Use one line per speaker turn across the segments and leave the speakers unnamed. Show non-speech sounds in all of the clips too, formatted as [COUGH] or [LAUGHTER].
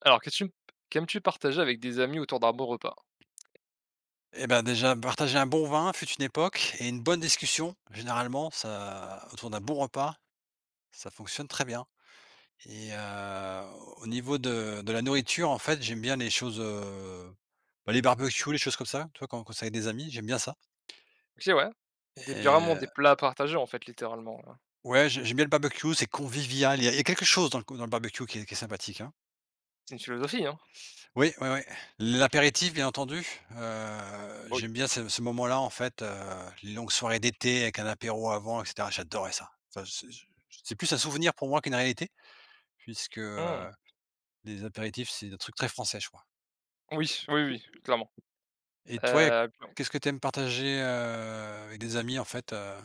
Alors, qu'est-ce que tu qu'aimes-tu partager avec des amis autour d'un bon repas?
Eh ben, déjà, partager un bon vin fut une époque et une bonne discussion, généralement, ça autour d'un bon repas, ça fonctionne très bien et au niveau de la nourriture, en fait, j'aime bien les choses, bah, les barbecues, les choses comme ça, tu vois? Quand c'est avec des amis, j'aime bien ça
OK, ouais. Ou des
et
vraiment des plats à partager, en fait, littéralement, hein.
ouais, j'aime bien le barbecue, c'est convivial. Il y a quelque chose dans le barbecue qui est sympathique, hein.
C'est une philosophie, hein?
Oui, oui, oui. L'apéritif, bien entendu.
Bah, oui.
J'aime bien ce moment-là, en fait, les longues soirées d'été avec un apéro avant et cetera, j'adorais ça. Enfin, c'est plus un souvenir pour moi qu'une réalité puisque,
Mmh.
les apéritifs, c'est un truc très français, je crois.
Oui, oui, oui, clairement.
Et toi, y a
Heu,
qu'est-ce que tu aimes partager, avec des amis, en fait,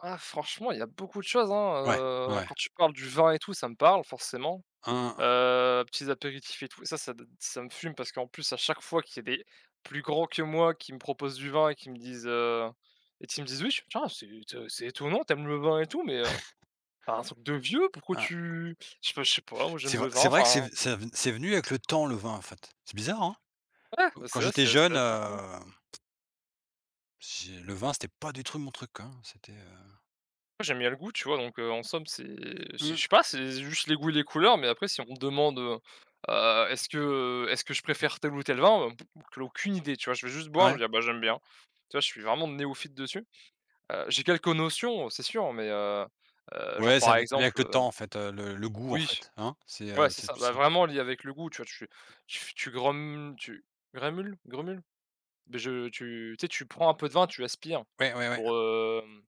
ah franchement, il y a beaucoup de choses, hein,
Ouais, ouais.
quand tu parles du vin et tout, ça me parle forcément.
Un.
Petits apéritifs et tout. Et ça, ça me fume parce qu'en plus, à chaque fois qu'il y a des plus grands que moi qui me proposent du vin et et qui me disent: «Oui, tiens, c'est étonnant, t'aimes le vin et tout, mais, enfin, un truc de vieux, pourquoi
Hein.
tu». Je sais pas moi j'aime
C'est
le
vrai
vin,
c'est vrai que
enfin,
c'est venu avec le temps, le vin, en fait. C'est bizarre, hein?
ouais,
Q
bah,
quand
c'est ça,
j'étais
c'est
jeune,
assez fou.
j'ai le vin, c'était pas du tout mon truc, hein. C'était,
Moi, j'aime bien le goût, tu vois? Donc, en somme, c'est je sais je
mmh,
sais pas, c'est juste les goûts et les couleurs, mais après si on me demande, heu: «Est-ce que, est-ce que je préfère tel ou tel vin?» Aucune idée, tu vois? Je vais juste boire, je
ouais.
vais dire: «Bah, j'aime bien». Tu vois? Je suis vraiment néophyte dessus. J'ai quelques notions, c'est sûr, mais genre,
Ouais, ça
par
vient ça vient avec
exemple,
le temps en fait, le goût en
oui,
fait, hein?
ouais, c'est
C'est
ça,
plus
bah,
ça.
vraiment lié avec le goût, tu vois? Tu tu tu grem tu grémules? Gremules? Mais je tu tu sais, tu prends un peu de vin, tu aspires
Ouais, ouais, ouais,
pour, hem,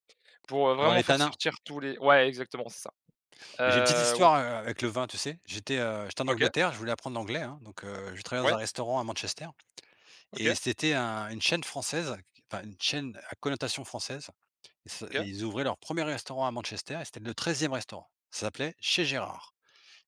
pour,
avoir
vraiment
les
faire
tanins
sortir tous les ouais, exactement, c'est ça.
et j'ai une petite
Ou
histoire, avec le vin, tu sais? J'étais en
OK,
Angleterre, je voulais apprendre l'anglais, hein, donc je travaillais dans un
ouais,
restaurant à Manchester et
OK,
c'était un une chaîne française, q enfin une chaîne à connotation française et ça et
OK.
ils ouvraient leur premier restaurant à Manchester et c'était le 13e restaurant. Ça s'appelait Chez Gérard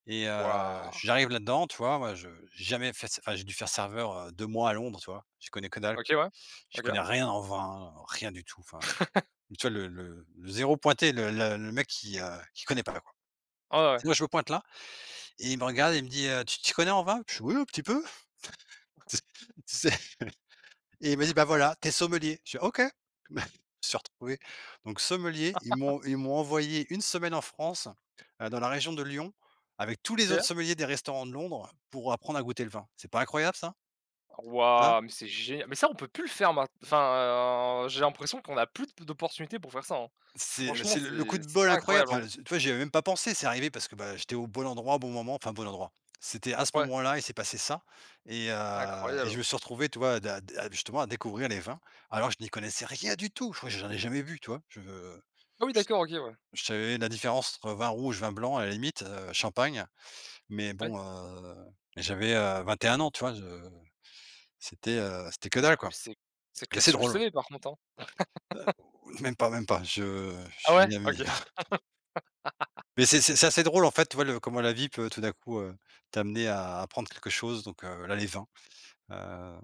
et
Waouh!
j'arrive là-dedans, tu vois? Moi, je j'ai jamais fait, enfin j'ai dû faire serveur, 2 mois à Londres, tu vois? Je connais que dalle.
OK, ouais.
Je
OK.
connais rien en vin, rien du tout, enfin.
[LAUGHS]
Tu vois le 0 pointé, le mec qui connaît pas quoi,
Ouais, ouais,
et moi je me pointe là, et il me regarde et il me dit: Tu t'y connais en vin?» Je fais: «Oui, un petit peu», [LAUGHS] tu sais? Et il m'a dit: «Bah voilà, t'es sommelier». Je suis «OK». [LAUGHS] Bah, je me suis retrouvé donc sommelier, ils m'ont envoyé une semaine en France, dans la région de Lyon avec tous les
OK.
autres sommeliers des restaurants de Londres pour apprendre à goûter le vin. C'est pas incroyable ça? Hein?
Waouh, mais c'est génial. Mais ça, on peut plus le faire maint enfin, j'ai l'impression qu'on a plus d'opportunités pour faire ça, hein.
C'est Bah,
Franchement,
c'est le coup
c'est
de
c'est
bol incroyable,
incroyable, hein.
enfin, tu vois, j'y avais même pas pensé, c'est arrivé parce que, bah, j'étais au bon endroit, au bon moment, enfin, bon endroit. C'était à ce
Ouais,
moment-là, il s'est passé ça, et heu et je
incroyable.
me suis retrouvé, tu vois, d'a d'a justement à découvrir les vins, alors que je n'y connaissais rien du tout. Je crois que j'en ai jamais bu, tu vois?
Ah oui,
Je
d'accord, OK, ouais.
je savais la différence entre vin rouge, vin blanc, à la limite, champagne, mais
Ouais.
bon, j'avais, 21 ans, tu vois? Je C'était, c'était que dalle,
Ah mais
quoi,
c'est
et
classe
c'est
sur le
drôle.
CV par contre, hein.
Heu, Même pas, même pas, je
Ah ouais?
suis
OK.
ami.
[LAUGHS]
Mais c'est assez drôle en fait, tu vois, le comment la vie peut tout d'un coup, t'amener à apprendre quelque chose, donc là, les vins, heu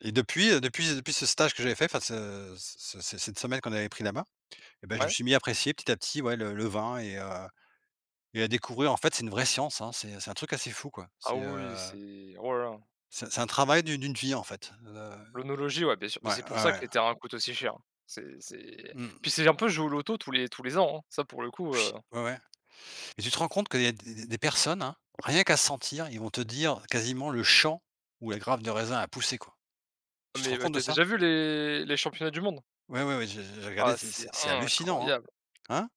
et depuis, depuis ce stage que j'avais fait, enfin ce ce ce cette semaine qu'on avait pris là-bas, eh bah, je me
Ouais.
suis mis à apprécier petit à petit, ouais, le vin, et à découvrir en fait c'est une vraie science, hein, c'est un truc assez fou quoi.
Ah
C'est,
oui,
heu,
c'est oh là là.
c'est c'est un travail d'une vie en fait,
L'onologie, ouais, bien sûr. Mais
ouais,
c'est
ouais,
pour ça que
ouais,
les terrains coûtent aussi cher, hein. C'est puis
mmh,
c'est un peu jouer au loto tous les ans, hein. Ça pour le coup,
ouais, ouais. Et tu te rends compte qu'il y a des personnes, hein, rien qu'à sentir, ils vont te dire quasiment le champ où la grappe de raisin a poussé quoi. Tu te
mais,
rends compte de
tu
ça?
déjà vu les championnats du monde?
Ouais, ouais, ouais, j'ai
Ah,
regardé, c'est
c'est
c'est c'est hallucinant, hein.
incroyable.
Hein?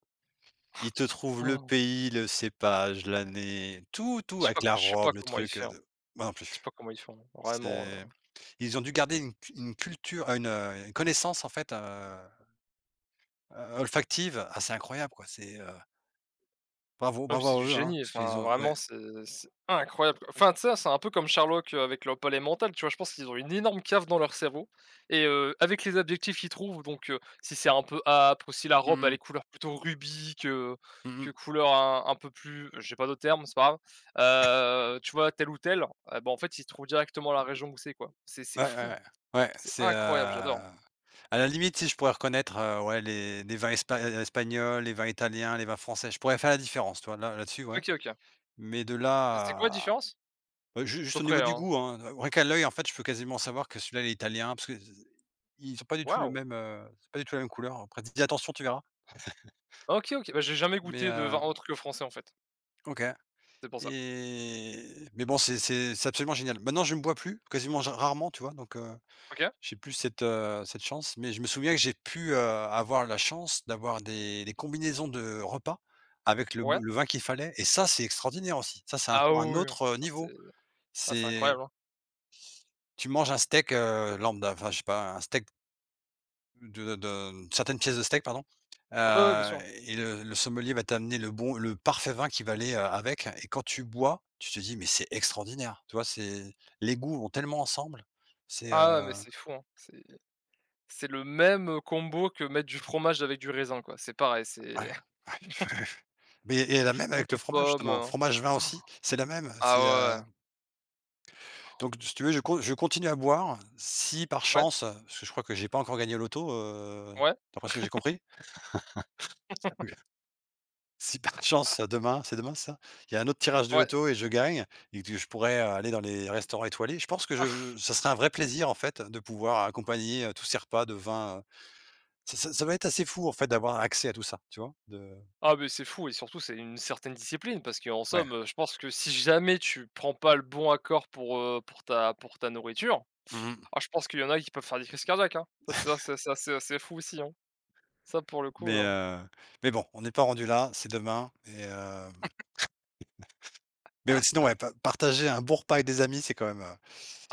Ils te trouvent le
Oh,
pays, le cépage, l'année, tout, tout,
je sais pas
avec la
je sais pas
robe, le
comment il
truc,
fait, hein.
de. Moi non
Je sais
plus.
pas comment ils font, vraiment.
C'est Ils ont dû garder une culture, une connaissance en fait, olfactive assez incroyable quoi. Bravo,
Ah mais
bravo
c'est du
à eux, hein,
génie,
parce qu'ils
enfin
ont ouais.
vraiment c'est incroyable. Enfin tu sais, c'est un peu comme Sherlock, avec leur palais mental, tu vois? Je pense qu'ils ont une énorme cave dans leur cerveau et avec les adjectifs qu'ils trouvent donc si c'est un peu âpre ou si la
Mmh
robe elle est
mh.
couleur plutôt rubis que
Mmh.
couleurs un peu plus j'ai pas d'autres termes, c'est pas grave. Tu vois tel ou tel, ah bah en fait ils trouvent directement la région où c'est quoi. C'est
Ouais, ouais,
fou,
ouais. Ouais,
c'est
c'est,
incroyable, j'adore.
à la limite, si je pourrais reconnaître, ouais, les vins espagnols, les vins italiens, les vins français, je pourrais faire la différence, toi. Là Là-dessus, ouais.
OK, OK.
Mais de là
C'est quoi la
à
différence?
ju
À
juste
peu
au niveau
près,
du
hein?
goût, hein, rien qu'à l'œil, en fait, je peux quasiment savoir que celui-là, il est italien parce que z ils ont pas du tout le
Waouh!
même, c'est pas du tout la même couleur. Après, dis attention, tu verras.
OK, OK. Bah, j'ai jamais
Mais,
goûté de vin autre que français, en fait.
OK.
C'est pour ça.
Et mais bon, c'est absolument génial. Maintenant, je ne bois plus, quasiment ja rarement, tu vois? Donc,
OK.
j'ai plus cette, cette chance, mais je me souviens que j'ai pu, avoir la chance d'avoir des combinaisons de repas avec
Ouais.
le vin qu'il fallait, et ça, c'est extraordinaire aussi. Ça, c'est
Ah
encore un
oui, oui,
autre,
ça c'est
niveau.
ah c'est
C'est
incroyable, hein.
Tu manges un steak, lambda, enfin je sais pas, un steak certaines pièces de steak pardon,
Ouais, ouais, bien
heu
sûr.
et le sommelier va t'amener le parfait vin qui va aller, avec, et quand tu bois, tu te dis: «Mais c'est extraordinaire!» Tu vois? C'est Les goûts vont tellement ensemble, c'est,
Ah, mais c'est fou, hein. C'est le même combo que mettre du fromage avec du raisin, quoi. C'est pareil,
ouais,
c'est [LAUGHS]
[LAUGHS] Mais, et la même
ou
avec le
des
fromage
pommes,
justement, fromage vin aussi, c'est la même,
ah
c'est,
ouais,
donc si tu veux je con je continue à boire si par
ouais.
chance, parce que je crois que j'ai pas encore gagné au loto,
Ouais,
d'après ce que j'ai compris. Si par chance, demain, c'est demain ça? Il y a un autre tirage de
ouais, ouais.
loto et je gagne et que je pourrais, aller dans les restaurants étoilés, je pense que
[LAUGHS]
je ça serait un vrai plaisir, en fait, de pouvoir accompagner, tous ces repas de vin, ça va être assez fou, en fait, d'avoir accès à tout ça, tu vois? De
Ah mais c'est fou et surtout c'est une certaine discipline parce qu'en
Ouais.
somme, je pense que si jamais tu prends pas le bon accord pour ta nourriture,
Mmh.
ah je pense qu'il y en a qui peuvent faire des crises cardiaques, hein. Ça, c'est ça, c'est ça, c'est assez fou aussi, hein. Ça pour le coup,
Mais
hein.
heu, mais bon, on n'est pas rendu là, c'est demain, et mais ouais, sinon, ouais, pa partager un bon repas avec des amis, c'est quand même,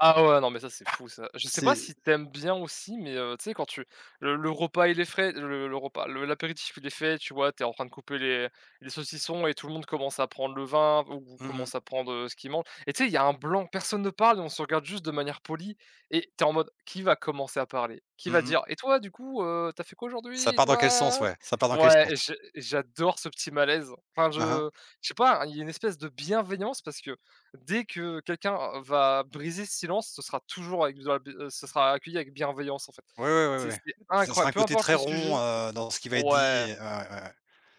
Ah ouais, non, mais ça, c'est fou ça. Je sais pas
c'est.
si t'aimes bien aussi, mais tu sais, quand tu le repas, il est frais, le repas, le l'apéritif, il est fait, tu vois? T'es en train de couper les saucissons et tout le monde commence à prendre le vin ou
Mmh mh.
commence à prendre, ce qu'il mange, et tu sais, il y a un blanc, personne ne parle et on se regarde juste de manière polie et t'es en mode: «Qui va commencer à parler? Qui va
Mmh.
dire: "Et toi, du coup, tu fait quoi
Ça
aujourd'hui? Et
part dans quel sens,
toi?»
ouais, ça part dans quel
Ouais,
sens?
et je j'adore ce petit malaise. Enfin,
Mmh.
je sais pas, hein, il y a une espèce de bienveillance parce que dès que quelqu'un va briser ce silence, ce sera toujours avec de la b ce sera accueilli avec bienveillance, en fait.
Ouais, ouais, ouais,
C'est
ouais.
c'est
Ce sera
incroyable,
un
peu
côté
importe
très
le sujet,
rond, dans ce qui va être
ouais.
dit, ouais, ouais, ouais.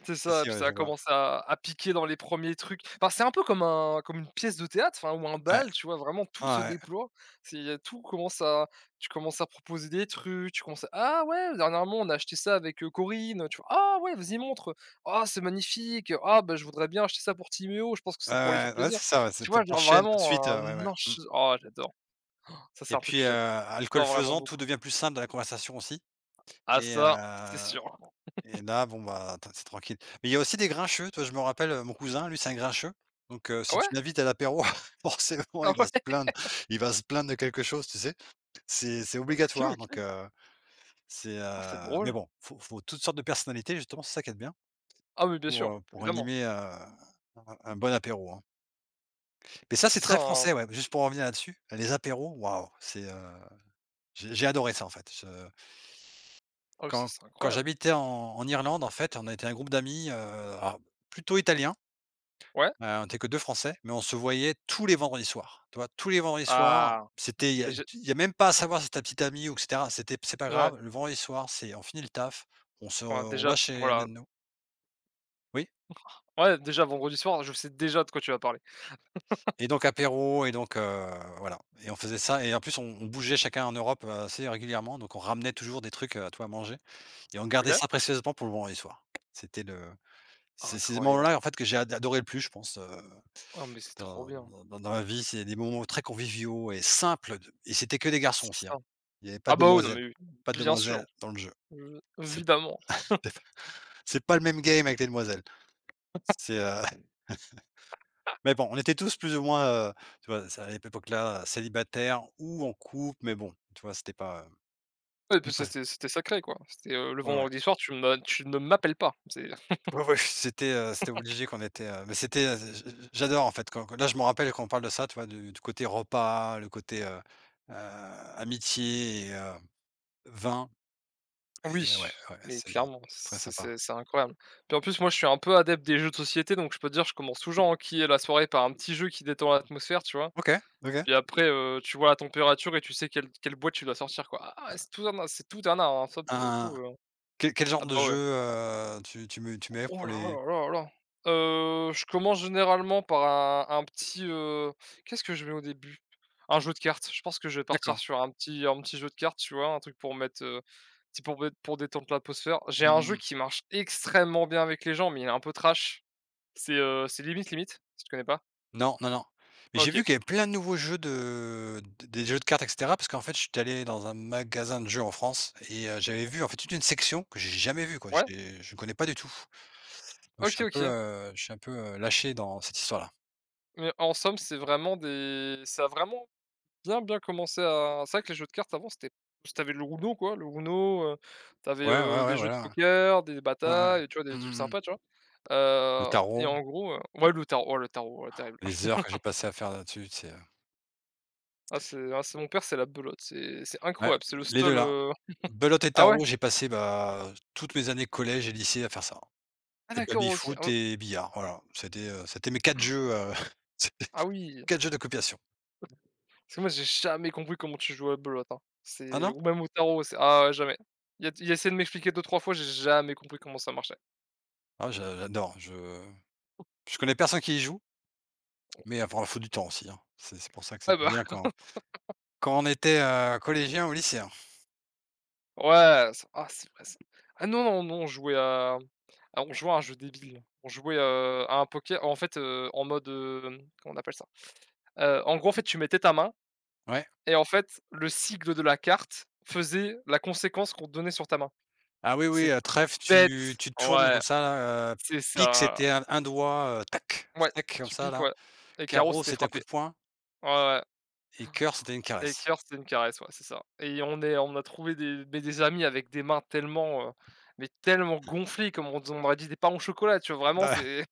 C'est
Si,
ça,
si,
puis
ouais,
ça a
je vois.
commencé à piquer dans les premiers trucs. Enfin, c'est un peu comme une pièce de théâtre, enfin, ou un
Ouais,
bal, tu vois? Vraiment
ouais,
tout se
ouais.
déploie. C'est tout commence à Tu commences à proposer des trucs, tu commences à: «Ah ouais, dernièrement, on a acheté ça avec, Corinne», tu vois? «Ah ouais, vas-y montre, ah c'est magnifique, ah bah, je voudrais bien acheter ça pour Timéo, je pense que ça
Ouais,
pourrait lui faire
ouais, ouais,
plaisir».
c'est ça, ouais, c'est
Tu
tu en
vois? Genre
tout de suite,
vraiment
ouais,
un
ouais,
ench oh j'adore. Ça, c'est
et
un truc
puis,
que j'adore
alcool
vraiment
faisant, tout
beaucoup.
devient plus simple dans la conversation aussi,
Ah
et
ça, c'est
heu
sûr.
et là, bon, bah, t c'est tranquille. Mais il y a aussi des grincheux, toi. Je me rappelle, mon cousin, lui, c'est un grincheux, donc
Ah
si tu
ouais?
l'invites à l'apéro, [LAUGHS] forcément,
Ah
il va se
ouais?
plaindre. Il va se plaindre de quelque chose, tu sais? C'est
OK,
obligatoire, donc
OK. Ah c'est
mais
drôle.
bon, faut toutes sortes de personnalités, justement, c'est ça qui est bien.
Ah oui, bien
Pour,
sûr,
heu, pour
évidemment.
animer, un bon apéro, hein. Mais ça, c'est
C'est ça,
très
hein.
français, ouais, juste pour revenir là-dessus, les apéros, waouh, c'est, j'ai adoré ça, en fait. Je
Ah oui, ça,
Quand
c'est incroyable.
j'habitais en Irlande, en fait, on était un groupe d'amis, alors plutôt italiens,
Ouais.
on était que 2 français, mais on se voyait tous les vendredis soirs, tu vois? Tous les vendredis soirs,
Ah,
c'était il y a
déjà
y a même pas à savoir si c'est ta petite amie ou et cetera, c'est pas
ouais,
grave, le vendredi soir, c'est on finit le taf,
ouais,
on
déjà,
va chez l'un
voilà.
de nous. Oui?
Ouais, déjà vendredi soir, je sais déjà de quoi tu vas parler.
Et donc apéro, voilà, et on faisait ça, et en plus on bougeait chacun en Europe, assez régulièrement, donc on ramenait toujours des trucs, tu vois, à manger, et on gardait
OK.
ça précieusement pour le vendredi soir. C'était le c'est ces moments-là,
Incroyable.
en fait, que j'ai ad adoré le plus, je pense,
Oh, mais c'est trop
dans
bien.
dans dans ma vie. C'est des moments très conviviaux et simples de et c'était que des garçons
C'est
aussi,
ça.
hein. Il y avait pas
Ah
de
bah, oui, non,
demoiselles,
mais
pas de
bien sûr,
demoiselles dans le jeu. C'est
évidemment.
c'est pas le même game avec les demoiselles. C'est, heu Mais bon, on était tous plus ou moins, tu vois, c'est à lépoque là célibataires ou en couple, mais bon, tu vois, c'était pas,
Ouais, puis
ça s
c'était sacré, quoi. C'était, le
ouais, ouais.
vendredi soir, tu ne m'appelles pas. C'est
Ouais, ouais, [LAUGHS] c'était obligé qu'on était, mais c'était, j'adore en fait quand là, je me rappelle quand on parle de ça, tu vois, du côté repas, le côté, heu, amitié et vin et
oui,
ouais, ouais,
mais
c'est
clairement,
très
c'est
sympa.
c'est c'est incroyable. Puis en plus, moi, je suis un peu adepte des jeux de société, donc je peux te dire, je commence toujours à enquiller la soirée par un petit jeu qui détend l'atmosphère, tu vois?
OK, OK.
Puis après, tu vois la température et tu sais quelle boîte tu dois sortir, quoi. Ah, c'est tout un art, hein, ça pour le
Un
coup,
Quel genre
ah
de
bah, ouais.
jeu, tu
Oh
mets
là
pour les
là là là là! Je commence généralement par un petit, qu'est-ce que je mets au début? Un jeu de cartes. Je pense que je vais partir
d'accord.
sur un petit jeu de cartes, tu vois? Un truc pour mettre, petit pour mettre pour détendre l'atmosphère. J'ai un jeu
Mmh.
qui marche extrêmement bien avec les gens, mais il est un peu trash. C'est Limite Limite, si tu connais pas?
Non, non, non. Mais j'ai
OK.
vu qu'il y avait plein de nouveaux jeux de d des jeux de cartes et cetera, parce qu'en fait, je suis allé dans un magasin de jeux en France, et j'avais vu en fait toute une section que j'ai jamais vue quoi,
Ouais,
j'ai je ne connais pas du tout. Donc
OK, OK.
je suis un peu, lâché dans cette histoire-là.
Mais en somme, c'est vraiment des ça a vraiment bien, bien commencé à c'est vrai que les jeux de cartes avant c'était plus tu avais le Uno quoi, le Uno, tu avais
Ouais, ouais, ouais,
des jeux de
voilà,
poker, des
ouais. Ouais, ouais.
batailles, tu vois? Des trucs
Mmh mmh.
sympas, tu vois?
Le
Et
tarot,
en gros, ouais le tarot, oh le tarot, terrible.
les
[LAUGHS]
heures que j'ai passées à faire là-dessus, c'est,
Ah, c'est mon père, c'est la belote, c'est
ouais,
incroyable, c'est le
les 2
seul,
là. Belote et
ah ouais?
tarot, j'ai passé, bah, toutes mes années collège et lycée à faire ça,
Ah
et
d'accord, OK.
baby-foot
Ah
et billard, voilà. C'était, c'était mes 4 jeux, [LAUGHS] c'était
ah oui,
4 jeux de cooptation.
parce que moi j'ai jamais compris comment tu joues à la belote, hein.
Ah
C'est
non?
ou même au tarot, c'est ah ouais jamais. Il a essayé de m'expliquer deux trois fois, j'ai jamais compris comment ça marchait.
Ah j'adore, je connais personne qui y joue, mais enfin, il faut du temps aussi, hein. C'est pour ça que
Ah
c'était bien
bah
quand on était, collégiens ou lycéens.
Ouais, ça ah c'est vrai ça. Ah non, non, non, on jouait à on jouait à un jeu débile. On jouait, à un poker en fait, en mode, comment on appelle ça? En gros, en fait, tu mettais ta main
Ouais.
et en fait, le sigle de la carte faisait la conséquence qu'on te donnait sur ta main.
Ah oui, oui,
C'est
trèfle,
bête!
tu tournes comme
Ouais,
ça là,
c'est
pique,
ça.
c'était un doigt, tac,
Ouais,
tac, comme
tu
ça
piques,
là,
ouais et Caro
carreau,
c'était
c'était un coup
frappé.
de poing,
Ouais, ouais.
et cœur, c'était une
Et
caresse.
cœur, c'est une caresse, ouais, c'est ça. Et on a trouvé des amis avec des mains tellement, mais tellement gonflées, comme on aurait dit des pains au chocolat, tu vois? Vraiment,
Ouais,
c'est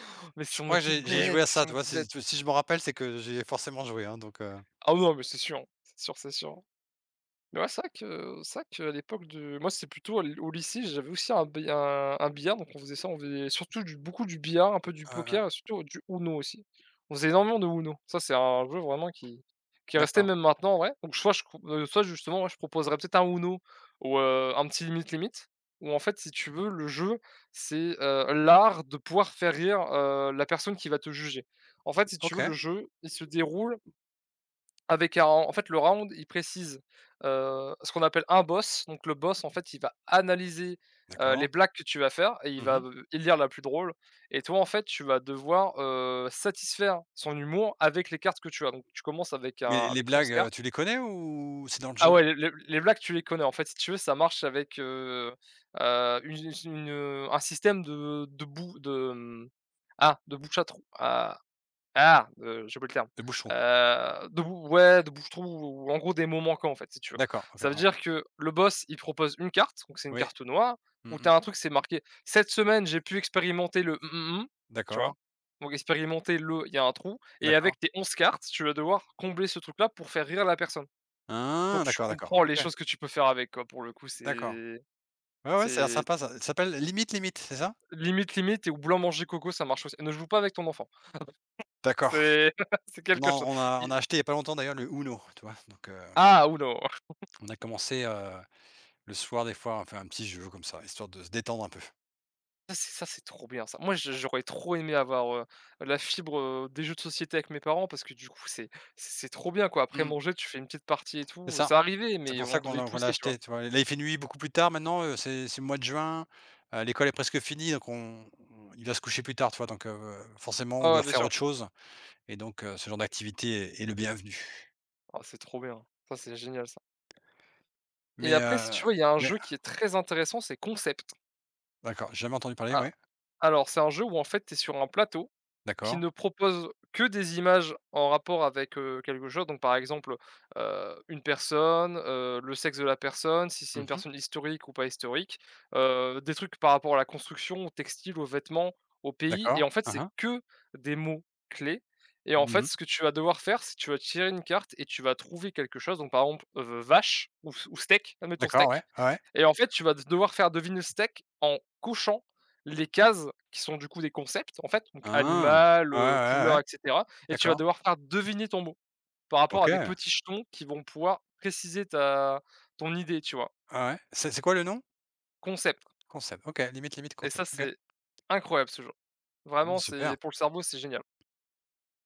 [LAUGHS] mais si
je
on
crois que
était
j'ai
bêtes,
joué à
qu'est-ce
ça,
qu'on
tu
était
vois? Si
bêtes.
si je me rappelle, c'est que j'ai forcément joué, hein, donc
Ah non, mais c'est sûr, c'est sûr, c'est sûr. Mais ouais, c'est vrai qu'à l'époque de moi, c'était plutôt l au lycée, j'avais aussi un bi un billard, donc on faisait ça, on faisait surtout du beaucoup du billard, un peu du
ouais, ouais,
poker et surtout du Uno aussi. On faisait énormément de Uno. Ça, c'est un jeu vraiment qui est resté
d'accord.
même maintenant en vrai. Donc soit justement, ouais, je proposerais peut-être un Uno ou un petit Limite Limite, où en fait, si tu veux, le jeu, c'est, l'art de pouvoir faire rire, la personne qui va te juger. En fait, si tu veux, le
OK,
jeu, il se déroule avec un en fait, le round, il précise, ce qu'on appelle un boss. Donc le boss, en fait, il va analyser, les
d'accord.
blagues que tu vas faire et il va,
Mmh.
élire la plus drôle et toi, en fait, tu vas devoir, satisfaire son humour avec les cartes que tu as. Donc tu commences
Mais les
avec 11
blagues,
cartes.
tu les connais ou c'est dans le
Ah
jeu?
ouais, les blagues, tu les connais, en fait, si tu veux, ça marche avec, un système de, de bouche à trou à ah! J'ai oublié le terme.
Le bouchon.
De bou ouais, de bouche-trou ou en gros des mots manquants, en fait, si tu veux.
D'accord, OK,
Ça veut
ouais.
dire que le boss, il propose une carte, donc c'est une
Oui.
carte noire,
Mmh
où
mh.
t'as un truc, c'est marqué: «Cette semaine, j'ai pu expérimenter le mmh, mmh, mmh», tu vois?
D'accord,
Donc expérimenter le il y a un trou et
d'accord.
avec tes 11 cartes, tu vas devoir combler ce truc-là pour faire rire la personne. Donc
Ah!
tu
D'accord, d'accord.
comprends les
OK,
choses que tu peux faire avec, quoi, pour le coup,
d'accord.
c'est
Ouais, ouais, ça a l'air
c'est
sympa ça. Ça s'appelle Limite Limite, c'est ça?
limite, limite et ou blanc-manger coco, ça marche aussi. Ne joue pas avec ton enfant.
D'accord.
C'est [LAUGHS] c'est quelque chose.
On
I
a acheté il y a pas longtemps d'ailleurs le UNO, tu vois? Donc
Ah! Ou non!
on a commencé, le soir des fois, on fait un petit jeu comme ça, histoire de se détendre un peu.
Ça c'est trop bien ça. Moi je j'aurais trop aimé avoir, la fibre, des jeux de société avec mes parents parce que du coup c'est trop bien quoi. Après
Mmh.
manger, tu fais une petite partie et
C'est
tout,
ça.
ça arrivait
C'est
mais
pour
on
ça
devait
qu'on l'a
pousser, tu vois?
acheté, tu vois? Là, il fait nuit beaucoup plus tard maintenant, c'est le mois de juin, l'école est presque finie, donc on il va se coucher plus tard, tu vois? Donc forcément, on
Ah ouais,
doit
bien
faire
sûr.
autre chose, et donc ce genre d'activité est le bienvenu.
Ah c'est trop bien. Ça c'est génial ça et
Mais,
après si tu veux, il y a un
mais
jeu qui est très intéressant, c'est Concept.
d'accord, j'ai jamais entendu parler,
Ah
ouais.
alors c'est un jeu où en fait, tu es sur un plateau qui
D'accord.
ne propose que des images en rapport avec, quelque chose. Donc par exemple, une personne, le sexe de la personne, si c'est une
Mmh.
personne historique ou pas historique, des trucs par rapport à la construction, au textile, aux vêtements, au pays et
D'accord.
en fait,
Hein,
c'est
hein.
que des mots clés et en fait,
Mmh.
ce que tu vas devoir faire, c'est que tu vas tirer une carte et tu vas trouver quelque chose. Donc par exemple, vache ou s ou steak, admettons
D'accord, ouais,
steak
ouais, ouais.
et en fait, tu vas devoir faire deviner le steak en cochant les cases qui sont du coup des concepts, en fait, donc
Ah!
animal,
Ouais, ouais, ouais,
couleur
ouais.
et cetera et tu vas
D'accord.
devoir faire deviner ton mot par rapport à des
OK.
petits jetons qui vont pouvoir préciser ta ton idée, tu vois?
Ah ouais. C'est quoi le nom?
Concept
Concept. OK, limite, limite,
et ça,
concept. OK.
c'est incroyable ce jeu.
Mmh,
Vraiment, c'est
super.
pour le cerveau, c'est génial.